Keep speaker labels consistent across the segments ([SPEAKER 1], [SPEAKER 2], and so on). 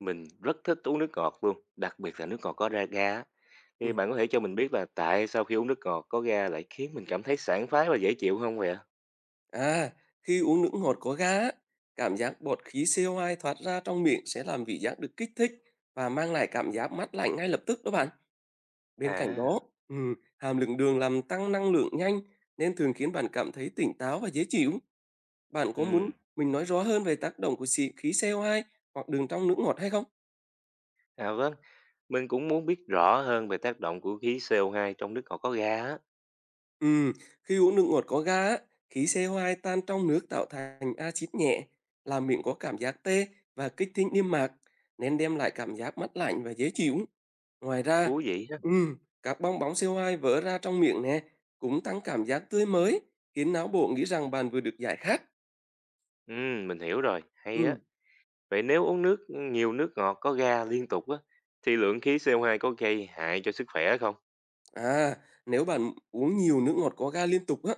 [SPEAKER 1] Mình rất thích uống nước ngọt luôn, đặc biệt là nước ngọt có ra ga á. Thì
[SPEAKER 2] Ừm.
[SPEAKER 1] bạn có thể cho mình biết là tại sao khi uống nước ngọt có ga lại khiến mình cảm thấy sảng khoái và dễ chịu không vậy ạ?
[SPEAKER 2] À, Khi uống nước ngọt có ga á, cảm giác bọt khí CO2 thoát ra trong miệng sẽ làm vị giác được kích thích và mang lại cảm giác mát lạnh ngay lập tức đó bạn. Bên cạnh đó,
[SPEAKER 1] À,
[SPEAKER 2] hàm lượng đường làm tăng năng lượng nhanh nên thường khiến bạn cảm thấy tỉnh táo và dễ chịu. Bạn có muốn
[SPEAKER 1] ừ,
[SPEAKER 2] mình nói rõ hơn về tác động của xì khí CO2 hoặc đường trong nước ngọt hay không?
[SPEAKER 1] à vâng, mình cũng muốn biết rõ hơn về tác động của khí CO2 trong nước ngọt có ga á.
[SPEAKER 2] Ừm, Khi uống nước ngọt có ga á, khí CO2 tan trong nước tạo thành axit nhẹ, làm miệng có cảm giác tê và kích thích niêm mạc, nên đem lại cảm giác mát lạnh và dễ chịu. Ngoài ra,
[SPEAKER 1] Thú vị á.
[SPEAKER 2] ừm, các bong bóng CO2 vỡ ra trong miệng nè, cũng tăng cảm giác tươi mới, khiến não bộ nghĩ rằng bạn vừa được giải khát.
[SPEAKER 1] Mình hiểu rồi, hay á.
[SPEAKER 2] Ừm.
[SPEAKER 1] Vậy nếu uống nước nhiều nước ngọt có ga liên tục á, thì lượng khí CO2 có gây hại cho sức khỏe không?
[SPEAKER 2] À, Nếu bạn uống nhiều nước ngọt có ga liên tục á,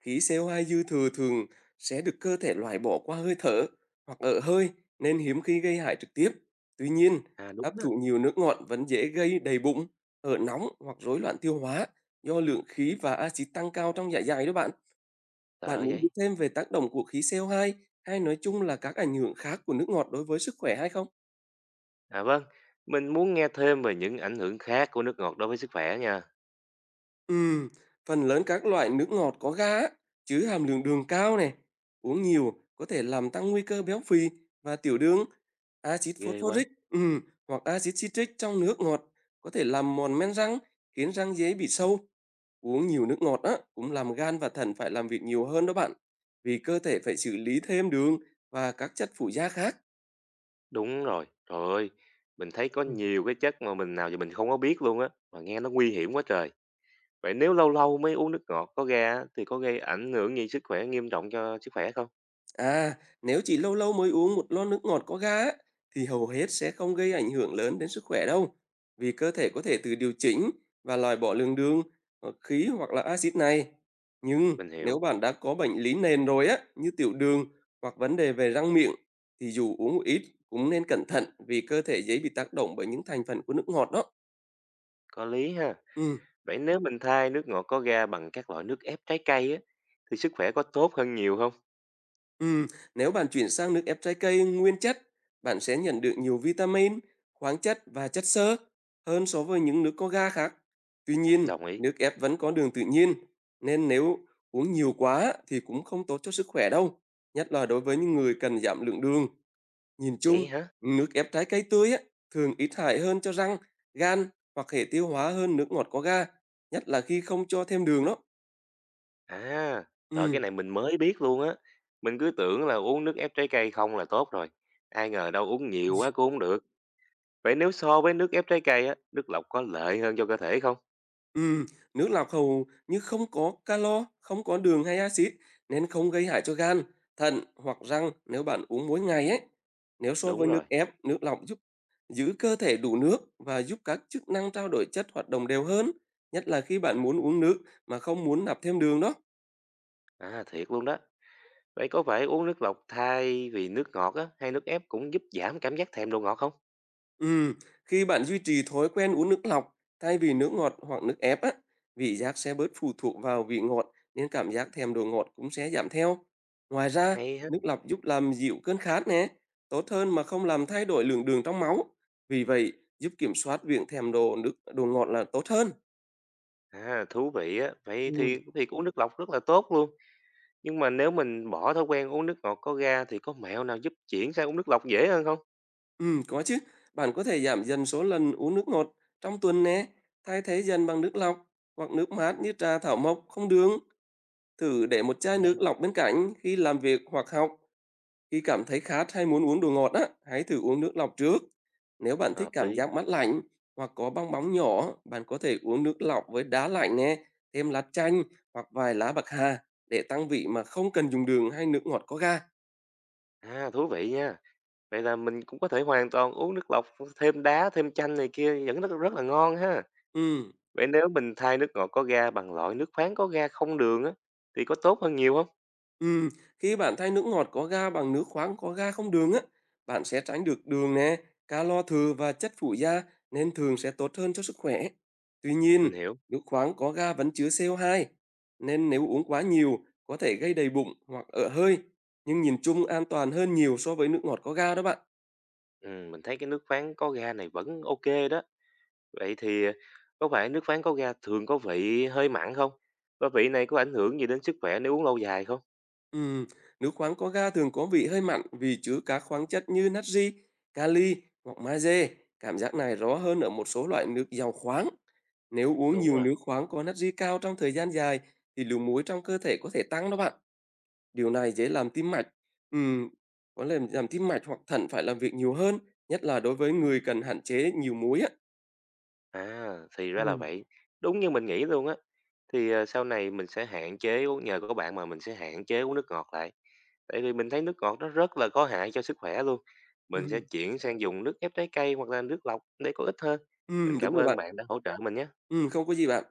[SPEAKER 2] khí CO2 dư thừa thường sẽ được cơ thể loại bỏ qua hơi thở hoặc ở hơi nên hiếm khi gây hại trực tiếp. Tuy nhiên,
[SPEAKER 1] À đúng
[SPEAKER 2] hấp
[SPEAKER 1] đó.
[SPEAKER 2] thụ nhiều nước ngọt vẫn dễ gây đầy bụng, ở nóng hoặc rối loạn tiêu hóa do lượng khí và axit tăng cao trong dạ dày đó bạn. Bạn
[SPEAKER 1] Sợ
[SPEAKER 2] muốn
[SPEAKER 1] vậy.
[SPEAKER 2] biết thêm về tác động của khí CO2 hay nói chung là các ảnh hưởng khác của nước ngọt đối với sức khỏe hay không?
[SPEAKER 1] À vâng, mình muốn nghe thêm về những ảnh hưởng khác của nước ngọt đối với sức khỏe nha.
[SPEAKER 2] Ừm, Phần lớn các loại nước ngọt có ga á, chứa hàm lượng đường cao này, uống nhiều có thể làm tăng nguy cơ béo phì và tiểu đường. Axit
[SPEAKER 1] Ghê quá.
[SPEAKER 2] phosphoric hoặc axit citric trong nước ngọt có thể làm mòn men răng, khiến răng dễ bị sâu. Uống nhiều nước ngọt á cũng làm gan và thận phải làm việc nhiều hơn đó bạn, vì cơ thể phải xử lý thêm đường và các chất phụ gia khác.
[SPEAKER 1] Đúng rồi. Trời ơi, mình thấy có
[SPEAKER 2] Ừ.
[SPEAKER 1] nhiều cái chất mà mình nào giờ mình không có biết luôn á, mà nghe nó nguy hiểm quá trời. Vậy nếu lâu lâu mới uống nước ngọt có ga á, thì có gây ảnh hưởng gì sức khỏe nghiêm trọng cho sức khỏe không?
[SPEAKER 2] À, Nếu chỉ lâu lâu mới uống một lon nước ngọt có ga á, thì hầu hết sẽ không gây ảnh hưởng lớn đến sức khỏe đâu, vì cơ thể có thể tự điều chỉnh và loại bỏ lượng đường, khí hoặc là axit này. Nhưng
[SPEAKER 1] Mình
[SPEAKER 2] nếu
[SPEAKER 1] hiểu,
[SPEAKER 2] bạn đã có bệnh lý nền rồi á, như tiểu đường hoặc vấn đề về răng miệng, thì dù uống một ít cũng nên cẩn thận vì cơ thể dễ bị tác động bởi những thành phần của nước ngọt đó.
[SPEAKER 1] có lý ha.
[SPEAKER 2] Ừ.
[SPEAKER 1] Vậy nếu mình thay nước ngọt có ga bằng các loại nước ép trái cây á, thì sức khỏe có tốt hơn nhiều không?
[SPEAKER 2] Ừm, Nếu bạn chuyển sang nước ép trái cây nguyên chất, bạn sẽ nhận được nhiều vitamin, khoáng chất và chất xơ hơn so với những nước có ga khác. Tuy nhiên,
[SPEAKER 1] Đồng ý.
[SPEAKER 2] nước ép vẫn có đường tự nhiên, nên nếu uống nhiều quá thì cũng không tốt cho sức khỏe đâu, nhất là đối với những người cần giảm lượng đường. Nhìn chung,
[SPEAKER 1] Vậy hả?
[SPEAKER 2] nước ép trái cây tươi á, thường ít hại hơn cho răng, gan hoặc hệ tiêu hóa hơn nước ngọt có ga, nhất là khi không cho thêm đường đó.
[SPEAKER 1] À, trời
[SPEAKER 2] Ừm,
[SPEAKER 1] cái này mình mới biết luôn á. Mình cứ tưởng là uống nước ép trái cây không là tốt rồi. Ai ngờ đâu uống nhiều quá cũng không được. Vậy nếu so với nước ép trái cây á, nước lọc có lợi hơn cho cơ thể không?
[SPEAKER 2] Ừm, Nước lọc hầu như không có calo, không có đường hay axit nên không gây hại cho gan, thận hoặc răng nếu bạn uống mỗi ngày ấy. Nếu so
[SPEAKER 1] Đúng
[SPEAKER 2] với
[SPEAKER 1] rồi.
[SPEAKER 2] nước ép, nước lọc giúp giữ cơ thể đủ nước và giúp các chức năng trao đổi chất hoạt động đều hơn, nhất là khi bạn muốn uống nước mà không muốn nạp thêm đường đó.
[SPEAKER 1] À thiệt luôn đó. Vậy có phải uống nước lọc thay vì nước ngọt á, hay nước ép cũng giúp giảm cảm giác thèm đồ ngọt không?
[SPEAKER 2] Ừm, Khi bạn duy trì thói quen uống nước lọc thay vì nước ngọt hoặc nước ép á, vị giác sẽ bớt phụ thuộc vào vị ngọt nên cảm giác thèm đồ ngọt cũng sẽ giảm theo. Ngoài ra,
[SPEAKER 1] Hay ha.
[SPEAKER 2] nước lọc giúp làm dịu cơn khát nè, tốt hơn mà không làm thay đổi lượng đường trong máu. Vì vậy, giúp kiểm soát việc thèm đồ nước đồ ngọt là tốt hơn.
[SPEAKER 1] À thú vị á. Vậy
[SPEAKER 2] Ừ.
[SPEAKER 1] thì thì uống nước lọc rất là tốt luôn. Nhưng mà nếu mình bỏ thói quen uống nước ngọt có ga thì có mẹo nào giúp chuyển sang uống nước lọc dễ hơn không?
[SPEAKER 2] Ừ, có chứ. Bạn có thể giảm dần số lần uống nước ngọt trong tuần nè, thay thế dần bằng nước lọc hoặc nước mát như trà thảo mộc không đường. Thử để một chai nước
[SPEAKER 1] Đấy.
[SPEAKER 2] lọc bên cạnh khi làm việc hoặc học. Khi cảm thấy khát hay muốn uống đồ ngọt á, hãy thử uống nước lọc trước. Nếu bạn thích
[SPEAKER 1] Hợp
[SPEAKER 2] cảm
[SPEAKER 1] lý.
[SPEAKER 2] giác mát lạnh hoặc có bong bóng nhỏ, bạn có thể uống nước lọc với đá lạnh nè, thêm lá chanh hoặc vài lá bạc hà để tăng vị mà không cần dùng đường hay nước ngọt có ga.
[SPEAKER 1] À thú vị nha. Vậy là mình cũng có thể hoàn toàn uống nước lọc thêm đá, thêm chanh này kia vẫn rất rất là ngon ha.
[SPEAKER 2] Ừ.
[SPEAKER 1] Vậy nếu mình thay nước ngọt có ga bằng loại nước khoáng có ga không đường á, thì có tốt hơn nhiều không?
[SPEAKER 2] Ừm, Khi bạn thay nước ngọt có ga bằng nước khoáng có ga không đường á, bạn sẽ tránh được đường nè, calo thừa và chất phụ gia nên thường sẽ tốt hơn cho sức khỏe. Tuy nhiên,
[SPEAKER 1] Mình hiểu.
[SPEAKER 2] nước khoáng có ga vẫn chứa CO2 nên nếu uống quá nhiều có thể gây đầy bụng hoặc ợ hơi, nhưng nhìn chung an toàn hơn nhiều so với nước ngọt có ga đó bạn.
[SPEAKER 1] Ừ, mình thấy cái nước khoáng có ga này vẫn ok đó. Vậy thì có phải nước khoáng có ga thường có vị hơi mặn không? Và vị này có ảnh hưởng gì đến sức khỏe nếu uống lâu dài không?
[SPEAKER 2] Ừm, Nước khoáng có ga thường có vị hơi mặn vì chứa các khoáng chất như natri, kali hoặc magie. Cảm giác này rõ hơn ở một số loại nước giàu khoáng. Nếu uống
[SPEAKER 1] Đúng
[SPEAKER 2] nhiều
[SPEAKER 1] rồi.
[SPEAKER 2] nước khoáng có natri cao trong thời gian dài thì lượng muối trong cơ thể có thể tăng đó bạn. Điều này dễ làm tim mạch, ừm, có làm tim mạch hoặc thận phải làm việc nhiều hơn, nhất là đối với người cần hạn chế nhiều muối á.
[SPEAKER 1] À, thì ra là
[SPEAKER 2] Ừ.
[SPEAKER 1] vậy. Đúng như mình nghĩ luôn á. Thì, sau này mình sẽ hạn chế uống nhờ có bạn mà mình sẽ hạn chế uống nước ngọt lại. Tại vì mình thấy nước ngọt nó rất là có hại cho sức khỏe luôn. Mình sẽ
[SPEAKER 2] Ừm,
[SPEAKER 1] chuyển sang dùng nước ép trái cây hoặc là nước lọc để có ích hơn. Mình
[SPEAKER 2] Đúng
[SPEAKER 1] cảm
[SPEAKER 2] rồi
[SPEAKER 1] ơn
[SPEAKER 2] bạn.
[SPEAKER 1] bạn đã hỗ trợ mình nhé.
[SPEAKER 2] Không có gì bạn.